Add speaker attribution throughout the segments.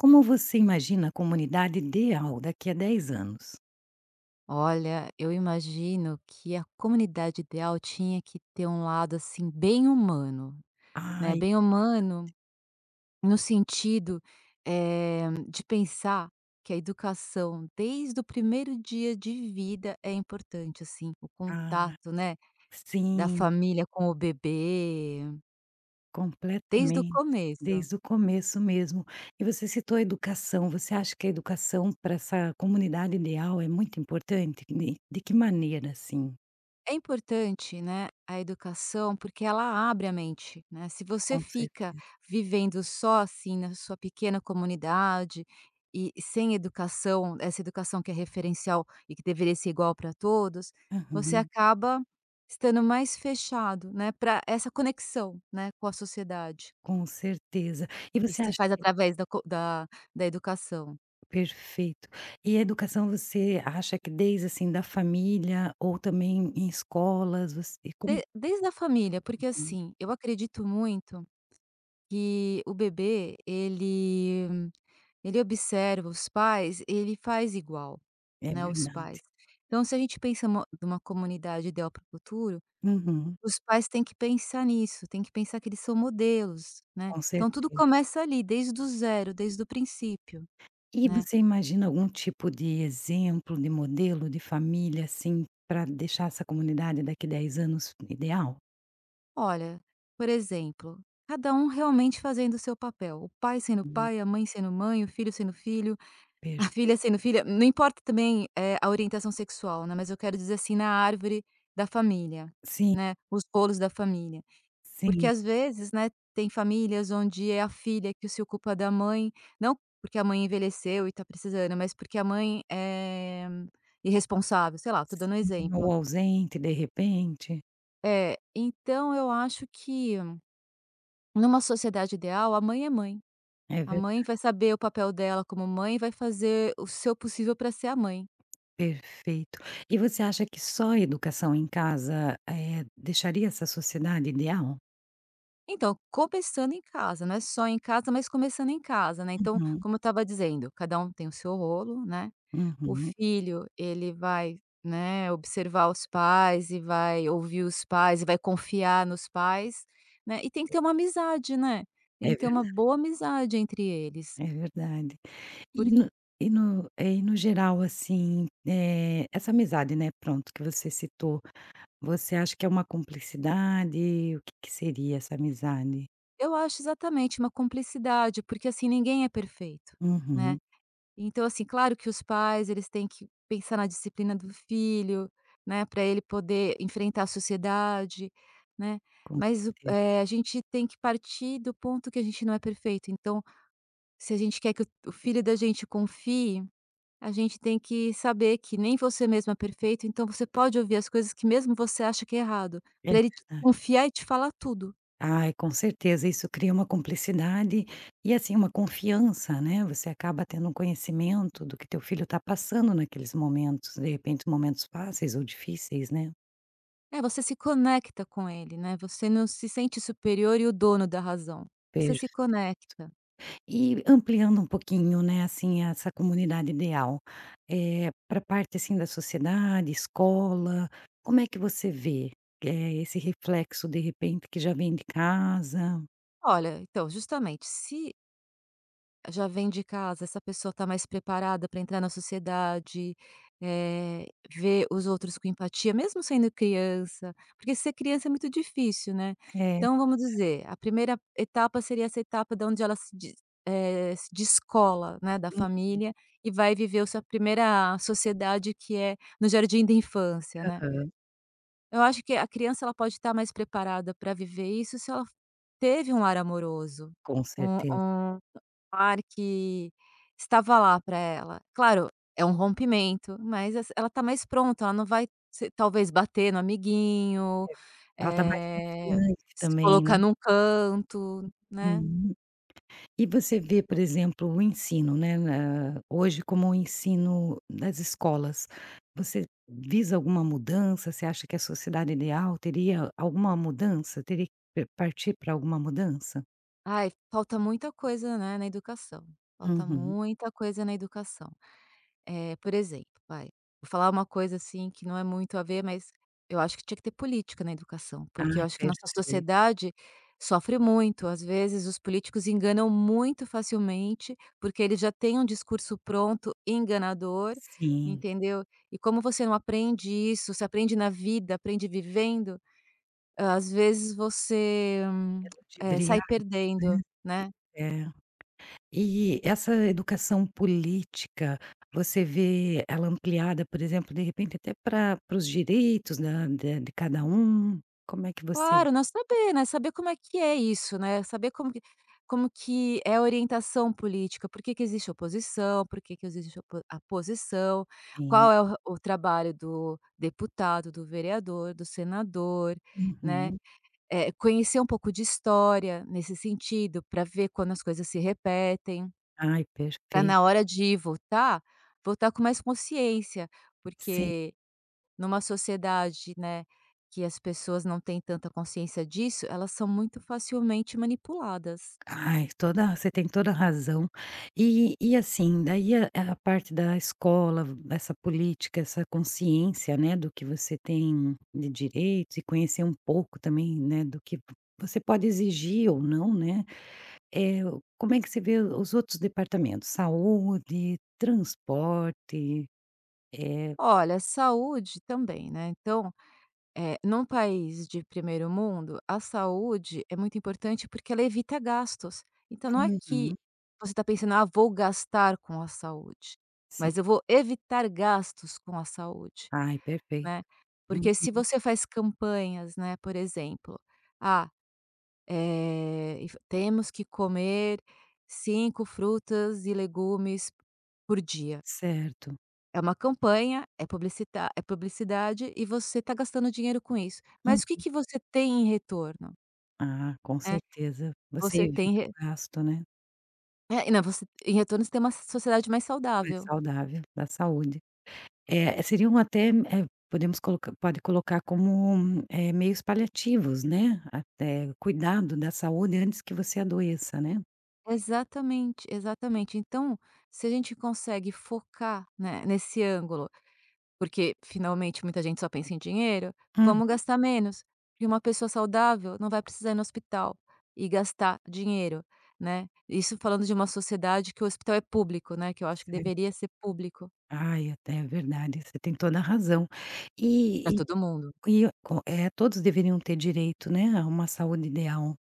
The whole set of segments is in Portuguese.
Speaker 1: Como você imagina a comunidade ideal daqui a 10 anos?
Speaker 2: Olha, eu imagino que a comunidade ideal tinha que ter um lado, assim, bem humano, né,
Speaker 1: Ai,
Speaker 2: bem humano no sentido, de pensar que a educação desde o primeiro dia de vida é importante, assim, o
Speaker 1: ah,
Speaker 2: contato, né, da
Speaker 1: sim,
Speaker 2: família com o bebê, desde o
Speaker 1: completamente,
Speaker 2: começo.
Speaker 1: desde o começo mesmo. E você citou a educação, você acha que a educação para essa comunidade ideal é muito importante? De que maneira, assim?
Speaker 2: É importante, né, a educação, porque ela abre a mente, né. Se você
Speaker 1: Com
Speaker 2: fica
Speaker 1: certeza.
Speaker 2: vivendo só, assim, na sua pequena comunidade e sem educação, essa educação que é referencial e que deveria ser igual para todos, você
Speaker 1: Aham,
Speaker 2: acaba estando mais fechado, né, para essa conexão, né, com a sociedade.
Speaker 1: com certeza. E
Speaker 2: E
Speaker 1: você
Speaker 2: se
Speaker 1: acha
Speaker 2: faz
Speaker 1: que
Speaker 2: através da co da da educação.
Speaker 1: perfeito. E a educação você acha que desde, assim, da família ou também em escolas, você e como?
Speaker 2: De desde a família, porque,
Speaker 1: Uhum,
Speaker 2: assim, eu acredito muito que o bebê, ele observa os pais, ele faz igual,
Speaker 1: é
Speaker 2: né, os
Speaker 1: verdade.
Speaker 2: pais. Então se a gente pensa mo numa comunidade ideal para o futuro,
Speaker 1: Uhum,
Speaker 2: os pais têm que pensar nisso, têm que pensar que eles são modelos, né.
Speaker 1: com
Speaker 2: Então tudo
Speaker 1: certeza.
Speaker 2: começa ali, desde o princípio,
Speaker 1: E
Speaker 2: né.
Speaker 1: você imagina algum tipo de exemplo, de modelo, de família, assim, para deixar essa comunidade daqui 10 anos ideal?
Speaker 2: Olha, por exemplo, cada um realmente fazendo o seu papel, o pai sendo
Speaker 1: Hum.
Speaker 2: pai, a mãe sendo mãe, o filho sendo filho. A filha
Speaker 1: Perfeito.
Speaker 2: sendo filha não importa também, a orientação sexual, né, mas eu quero dizer, assim, na árvore da família,
Speaker 1: Sim,
Speaker 2: né, os rolos da família. Porque
Speaker 1: sim,
Speaker 2: às vezes, né, tem famílias onde é a filha que se ocupa da mãe, não porque a mãe envelheceu e tá precisando, mas porque a mãe é irresponsável, sei lá, tô dando um
Speaker 1: sim,
Speaker 2: exemplo.
Speaker 1: ou ausente, de repente.
Speaker 2: É, então eu acho que numa sociedade ideal, a mãe é mãe.
Speaker 1: É
Speaker 2: A
Speaker 1: ver
Speaker 2: mãe vai saber o papel dela como mãe e vai fazer o seu possível para ser a mãe.
Speaker 1: perfeito. E você acha que só a educação em casa, deixaria essa sociedade ideal?
Speaker 2: Então, começando em casa, não é só em casa, mas começando em casa, né, então,
Speaker 1: Uhum,
Speaker 2: como eu estava dizendo, cada um tem o seu rolo, né, o
Speaker 1: uhum.
Speaker 2: filho, ele vai, né, observar os pais e vai ouvir os pais e vai confiar nos pais, né, e tem que ter uma amizade, né, tem
Speaker 1: É
Speaker 2: que ter uma
Speaker 1: verda
Speaker 2: boa amizade entre eles,
Speaker 1: é verdade. E
Speaker 2: porque
Speaker 1: no e no geral, assim, essa amizade, né, pronto, que você citou, você acha que é uma cumplicidade? O que que seria essa amizade?
Speaker 2: eu acho exatamente, uma cumplicidade, porque, assim, ninguém é perfeito, né.
Speaker 1: Uhum,
Speaker 2: Então, assim, claro que os pais, eles têm que pensar na disciplina do filho, né, para ele poder enfrentar a sociedade, né,
Speaker 1: com
Speaker 2: mas
Speaker 1: certeza.
Speaker 2: a gente tem que partir do ponto que a gente não é perfeito, então, se a gente quer que o filho da gente confie, a gente tem que saber que nem você mesmo é perfeito, então você pode ouvir as coisas que mesmo você acha que é errado,
Speaker 1: É
Speaker 2: para ele te
Speaker 1: verdade.
Speaker 2: confiar e te falar tudo.
Speaker 1: Ai, com certeza, isso cria uma cumplicidade e, assim, uma confiança, né, você acaba tendo um conhecimento do que teu filho está passando naqueles momentos, de repente momentos fáceis ou difíceis, né.
Speaker 2: É, você se conecta com ele, né, você não se sente superior e o dono da razão, você
Speaker 1: Per
Speaker 2: se conecta.
Speaker 1: E ampliando um pouquinho, né, assim, essa comunidade ideal, para parte, assim, da sociedade, escola, como é que você vê, esse reflexo, de repente, que já vem de casa?
Speaker 2: Olha, então, justamente, se já vem de casa, essa pessoa está mais preparada para entrar na sociedade, eh, ver os outros com empatia, mesmo sendo criança, porque ser criança é muito difícil, né.
Speaker 1: É.
Speaker 2: Então, vamos dizer, a primeira etapa seria essa etapa da onde ela se de eh, se descola, né, da família e vai viver a sua primeira sociedade, que é no jardim da infância, né.
Speaker 1: Aham,
Speaker 2: Eu acho que a criança ela pode estar mais preparada para viver isso se ela teve um lar amoroso,
Speaker 1: com
Speaker 2: um
Speaker 1: certeza.
Speaker 2: um lar que estava lá para ela. Claro, é um rompimento, mas ess ela está mais pronta, ela não vai se talvez bater no amiguinho,
Speaker 1: Ela está mais
Speaker 2: eh,
Speaker 1: confiante
Speaker 2: se
Speaker 1: também, né.
Speaker 2: colocar num canto, né.
Speaker 1: Uhum. E você vê, por exemplo, o ensino, né, na hoje como o ensino das escolas. Você visa alguma mudança? Você acha que a sociedade ideal teria alguma mudança? Teria que p partir para alguma mudança?
Speaker 2: Ai, falta muita coisa, né, na educação, falta
Speaker 1: Uhum.
Speaker 2: muita coisa na educação. Por exemplo, vou falar uma coisa, assim, que não é muito a ver, mas eu acho que tinha que ter política na educação, porque eu
Speaker 1: Ai,
Speaker 2: acho que nossa
Speaker 1: perfeito.
Speaker 2: sociedade sofre muito. Às vezes, os políticos enganam muito facilmente, porque eles já têm um discurso pronto, enganador,
Speaker 1: Sim,
Speaker 2: entendeu. E como você não aprende isso, você aprende na vida, aprende vivendo, às vezes você,
Speaker 1: é
Speaker 2: sai
Speaker 1: ludibriar
Speaker 2: perdendo, né.
Speaker 1: é. E essa educação política, você vê ela ampliada, por exemplo, de repente até pra para os direitos da de cada um? Como é que você vê?
Speaker 2: Claro, não saber, né, saber como é que é isso, né, saber como que é a orientação política, por que que existe oposição, por que que existe opo a posição, qual é o trabalho do deputado, do vereador, do senador, né.
Speaker 1: Uhum.
Speaker 2: Conhecer um pouco de história nesse sentido, para ver quando as coisas se repetem,
Speaker 1: Ai,
Speaker 2: para na
Speaker 1: perfeito.
Speaker 2: hora de votar, votar com mais consciência,
Speaker 1: Sim.
Speaker 2: porque numa sociedade, né, que as pessoas não têm tanta consciência disso, elas são muito facilmente manipuladas.
Speaker 1: Ai, toda você tem toda a razão. E assim, daí a parte da escola, essa política, essa consciência, né, do que você tem de direitos e conhecer um pouco também, né, do que você pode exigir ou não, né. Eh, como é que você vê os outros departamentos? Saúde, transporte, é
Speaker 2: Olha, saúde também, né, então, num país de primeiro mundo, a saúde é muito importante porque ela evita gastos. Então não é que
Speaker 1: uhum,
Speaker 2: você está pensando: "Ah, vou gastar com a saúde",
Speaker 1: sim.
Speaker 2: mas eu vou evitar gastos com a saúde,
Speaker 1: Ai, perfeito.
Speaker 2: né.
Speaker 1: Uhum,
Speaker 2: Porque se você faz campanhas, né, por exemplo: "Ah". E f temos que comer 5 frutas e legumes por dia.
Speaker 1: certo.
Speaker 2: É uma campanha, é publicita é publicidade e você está gastando dinheiro com isso.
Speaker 1: Hum.
Speaker 2: Mas o que que você tem em retorno,
Speaker 1: Ah, com
Speaker 2: né?
Speaker 1: certeza. Você
Speaker 2: Você tem
Speaker 1: evita
Speaker 2: re
Speaker 1: o gasto, né,
Speaker 2: é, não, você em retorno você tem uma sociedade mais
Speaker 1: mais
Speaker 2: saudável.
Speaker 1: saudável, da saúde. É, seriam até, pode colocar como, meios paliativos, né, até cuidado da saúde antes que você adoeça, né.
Speaker 2: Exatamente, exatamente. Então, se a gente consegue focar, né, nesse ângulo. Porque finalmente muita gente só pensa em dinheiro,
Speaker 1: Hum,
Speaker 2: vamos gastar menos, e uma pessoa saudável não vai precisar ir no hospital e gastar dinheiro, né. Isso falando de uma sociedade que o hospital é público, né, que eu acho que
Speaker 1: certo.
Speaker 2: deveria ser público
Speaker 1: Ai, até é verdade, você tem toda a razão.
Speaker 2: para
Speaker 1: E e
Speaker 2: todo mundo.
Speaker 1: e todos deveriam ter direito, né, a uma saúde ideal.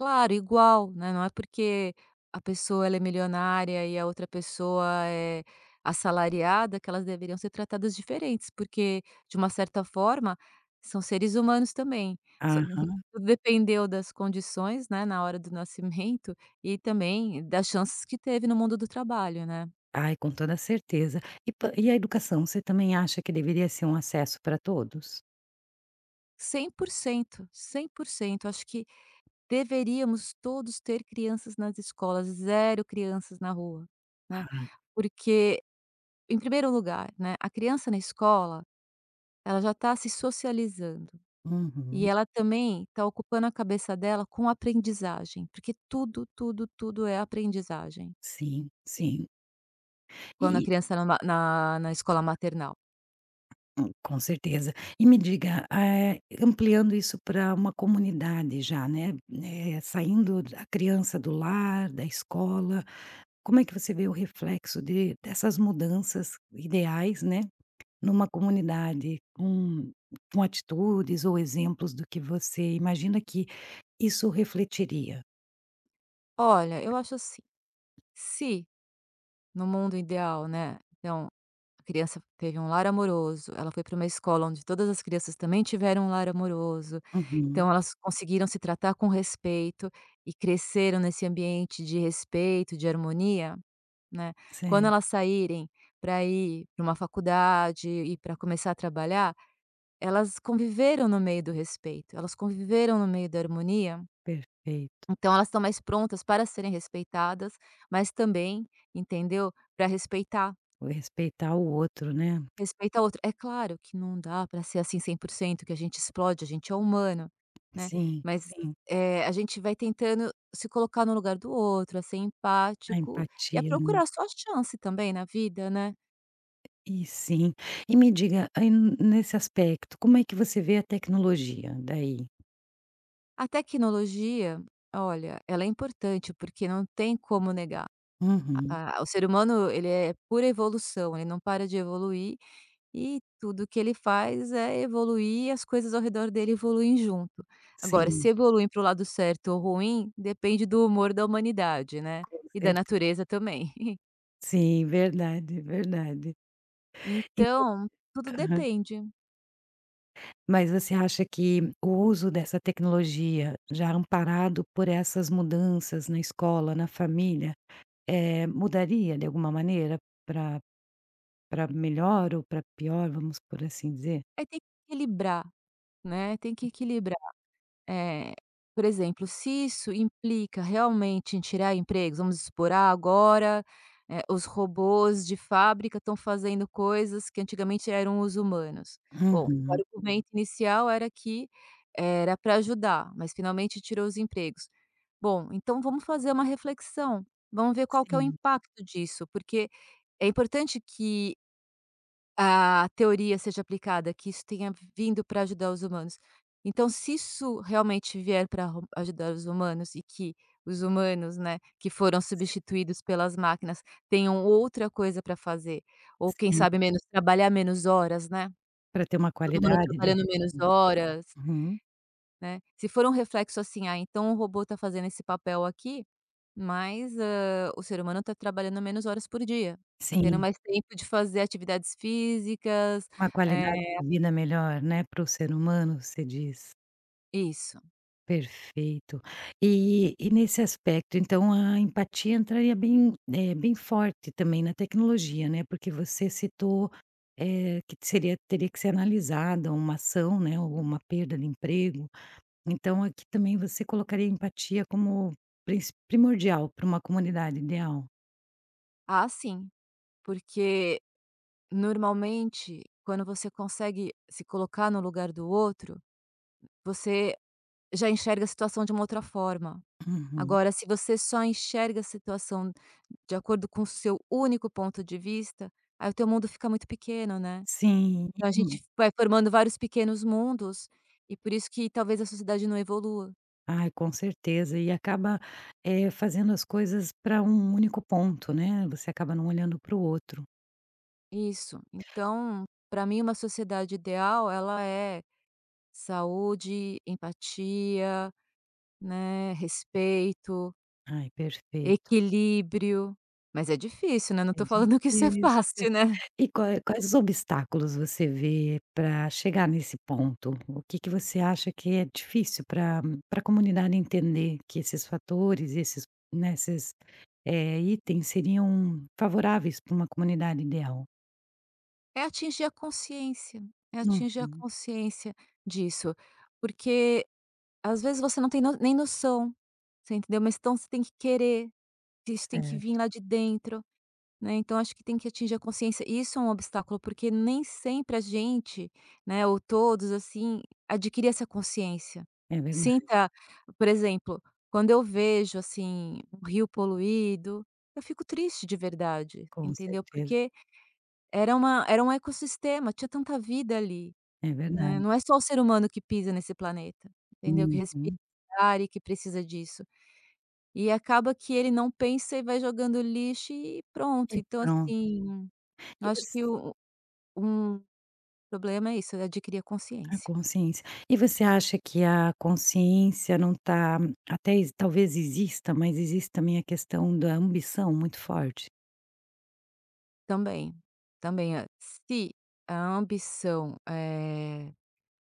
Speaker 2: Claro, igual, né, não é porque a pessoa ela é milionária e a outra pessoa é assalariada que elas deveriam ser tratadas diferentes, porque, de uma certa forma, são seres humanos também. Só
Speaker 1: Aham.
Speaker 2: tudo dependeu das condições, né, na hora do nascimento e também das chances que teve no mundo do trabalho, né.
Speaker 1: Ai, com toda certeza. E a educação, você também acha que deveria ser um acesso para todos?
Speaker 2: Cem por cento, 100%. Acho que deveríamos todos ter crianças nas escolas, zero crianças na rua, né, porque em primeiro lugar, né, a criança na escola, ela já está se socializando e
Speaker 1: Uhum.
Speaker 2: ela também está ocupando a cabeça dela com aprendizagem, porque tudo, tudo, tudo é aprendizagem
Speaker 1: Sim, sim.
Speaker 2: quando a
Speaker 1: E
Speaker 2: criança na ma na na escola maternal.
Speaker 1: com certeza. E me diga, ampliando isso para uma comunidade já, né, saindo da criança do lar, da escola, como é que você vê o reflexo de dessas mudanças ideais, né, numa comunidade com atitudes ou exemplos do que você imagina que isso refletiria?
Speaker 2: Olha, eu acho assim, se no mundo ideal, né, então a criança teve um lar amoroso, ela foi para uma escola onde todas as crianças também tiveram um lar amoroso,
Speaker 1: Uhum.
Speaker 2: então elas conseguiram se tratar com respeito e cresceram nesse ambiente de respeito, de harmonia, né. Quando elas
Speaker 1: Certo,
Speaker 2: saírem para ir para uma faculdade e para começar a trabalhar, elas conviveram no meio do respeito, elas conviveram no meio da harmonia,
Speaker 1: perfeito.
Speaker 2: então elas estão mais prontas para serem respeitadas, mas também, entendeu, para respeitar,
Speaker 1: Respeitar o outro, né.
Speaker 2: respeitar o outro. É claro que não dá para ser assim 100% que a gente explode, a gente é humano, né,
Speaker 1: Sim,
Speaker 2: mas,
Speaker 1: sim.
Speaker 2: a gente vai tentando se colocar no lugar do outro, a ser
Speaker 1: A
Speaker 2: empático e a
Speaker 1: empatia, né.
Speaker 2: procurar a sua chance também na vida, né.
Speaker 1: E sim. E me diga, aí n nesse aspecto, como é que você vê a tecnologia daí?
Speaker 2: A tecnologia, olha, ela é importante, porque não tem como negar.
Speaker 1: Uhum.
Speaker 2: A o ser humano, ele é pura evolução, ele não para de evoluir e tudo que ele faz é evoluir e as coisas ao redor dele evoluem junto. Agora,
Speaker 1: Sim,
Speaker 2: se evoluem para o lado certo ou ruim, depende do humor da humanidade, né,
Speaker 1: com
Speaker 2: e da
Speaker 1: certeza.
Speaker 2: natureza também.
Speaker 1: Sim, verdade, verdade. E
Speaker 2: Então, tudo
Speaker 1: aham.
Speaker 2: depende.
Speaker 1: Mas você acha que o uso dessa tecnologia, já amparado por essas mudanças na escola, na família, mudaria de alguma maneira para para melhor ou para pior, vamos por assim dizer?
Speaker 2: Aí tem que equilibrar, né, tem que equilibrar. Eh, por exemplo, se isso implica realmente em tirar empregos, vamos supor, ah, agora, os robôs de fábrica estão fazendo coisas que antigamente eram os humanos. Bom, o
Speaker 1: Uhum.
Speaker 2: argumento inicial era que era para ajudar, mas finalmente tirou os empregos. Bom, então vamos fazer uma reflexão, vamos ver qual que é o
Speaker 1: Sim,
Speaker 2: impacto disso, porque é importante que a teoria seja aplicada, que isso tenha vindo para ajudar os humanos. Então, se isso realmente vier para ajudar os humanos e que os humanos, né, que foram
Speaker 1: si
Speaker 2: substituídos pelas máquinas, tenham outra coisa para fazer, ou quem
Speaker 1: sim.
Speaker 2: sabe menos trabalhar menos horas, né?
Speaker 1: Para ter uma
Speaker 2: Todo mundo
Speaker 1: qualidade de
Speaker 2: trabalhando menos
Speaker 1: repu.
Speaker 2: horas,
Speaker 1: Uhum.
Speaker 2: né? Se for um reflexo assim, ah, então o robô está fazendo esse papel aqui, mas ah, o ser humano está trabalhando menos horas por dia, está tendo
Speaker 1: Sim,
Speaker 2: mais tempo de fazer atividades físicas,
Speaker 1: uma
Speaker 2: eh,
Speaker 1: qualidade de vida melhor, né, para o ser humano, você diz.
Speaker 2: isso.
Speaker 1: Perfeito. E nesse aspecto, então, a empatia entraria bem, bem forte também na tecnologia, né, porque você citou, que seria teria que ser analisada uma ação, né, ou uma perda de emprego, então aqui também você colocaria a empatia como princ primordial para uma comunidade ideal?
Speaker 2: Ah, sim, porque normalmente quando você consegue se colocar no lugar do outro, você já enxerga a situação de uma outra forma.
Speaker 1: Uhum.
Speaker 2: Agora, se você só enxerga a situação de acordo com o seu único ponto de vista, aí o teu mundo fica muito pequeno, né.
Speaker 1: Sim.
Speaker 2: Então a gente vai formando vários pequenos mundos, e por isso que talvez a sociedade não evolua.
Speaker 1: Ai, com certeza. E acaba, fazendo as coisas para um único ponto, né, você acaba não olhando para o outro.
Speaker 2: Isso. Então, para mim uma sociedade ideal ela é saúde, empatia, né, respeito,
Speaker 1: Ai, perfeito.
Speaker 2: equilíbrio, mas é difícil, né, não
Speaker 1: É
Speaker 2: tô falando que isso é
Speaker 1: difícil.
Speaker 2: fácil, né.
Speaker 1: E quais os obstáculos você vê para chegar nesse ponto? O que que você acha que é difícil para a comunidade entender que esses fatores, esses, né, esses, itens seriam favoráveis para uma comunidade ideal?
Speaker 2: É atingir a consciência, é atingir a
Speaker 1: Uhum,
Speaker 2: consciência disso, porque às vezes você não tem nem noção, você entendeu, mas então você tem que querer, isso tem que vir
Speaker 1: certo.
Speaker 2: lá de dentro. Né, então acho que tem que atingir a consciência. Isso é um obstáculo, porque nem sempre a gente, né, ou todos, assim, adquire essa consciência.
Speaker 1: É verdade,
Speaker 2: Sinta, por exemplo, quando eu vejo, assim, um rio poluído, eu fico triste de verdade,
Speaker 1: com
Speaker 2: entendeu?
Speaker 1: certeza.
Speaker 2: Porque era um ecossistema, tinha tanta vida ali,
Speaker 1: É
Speaker 2: né,
Speaker 1: verdade.
Speaker 2: não é só o ser humano que pisa nesse planeta, entendeu? Que respira
Speaker 1: Uhum.
Speaker 2: esse ar e que precisa disso. E acaba que ele não pensa e vai jogando lixo e
Speaker 1: E
Speaker 2: pronto. Então
Speaker 1: pronto.
Speaker 2: assim eu
Speaker 1: E
Speaker 2: acho
Speaker 1: você
Speaker 2: que o um problema é isso, é adquirir a
Speaker 1: a
Speaker 2: consciência.
Speaker 1: consciência. E você acha que a consciência não está até exi talvez exista, mas existe também a questão da ambição muito forte?
Speaker 2: Também, também, se a ambição,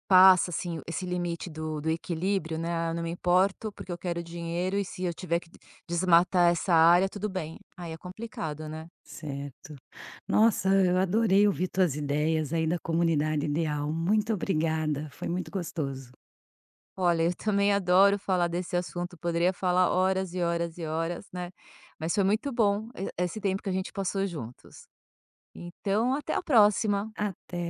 Speaker 2: passa, assim, esse limite do equilíbrio, né, "Ah, eu não me importo porque eu quero dinheiro e se eu tiver que desmatar essa área, tudo bem", aí é complicado, né.
Speaker 1: Certo. Nossa, eu adorei ouvir tuas ideias aí da comunidade ideal. Muito obrigada, foi muito gostoso.
Speaker 2: Olha, eu também adoro falar desse assunto, poderia falar horas e horas e horas, né, mas foi muito bom e esse tempo que a gente passou juntos. Então até a próxima.
Speaker 1: Até.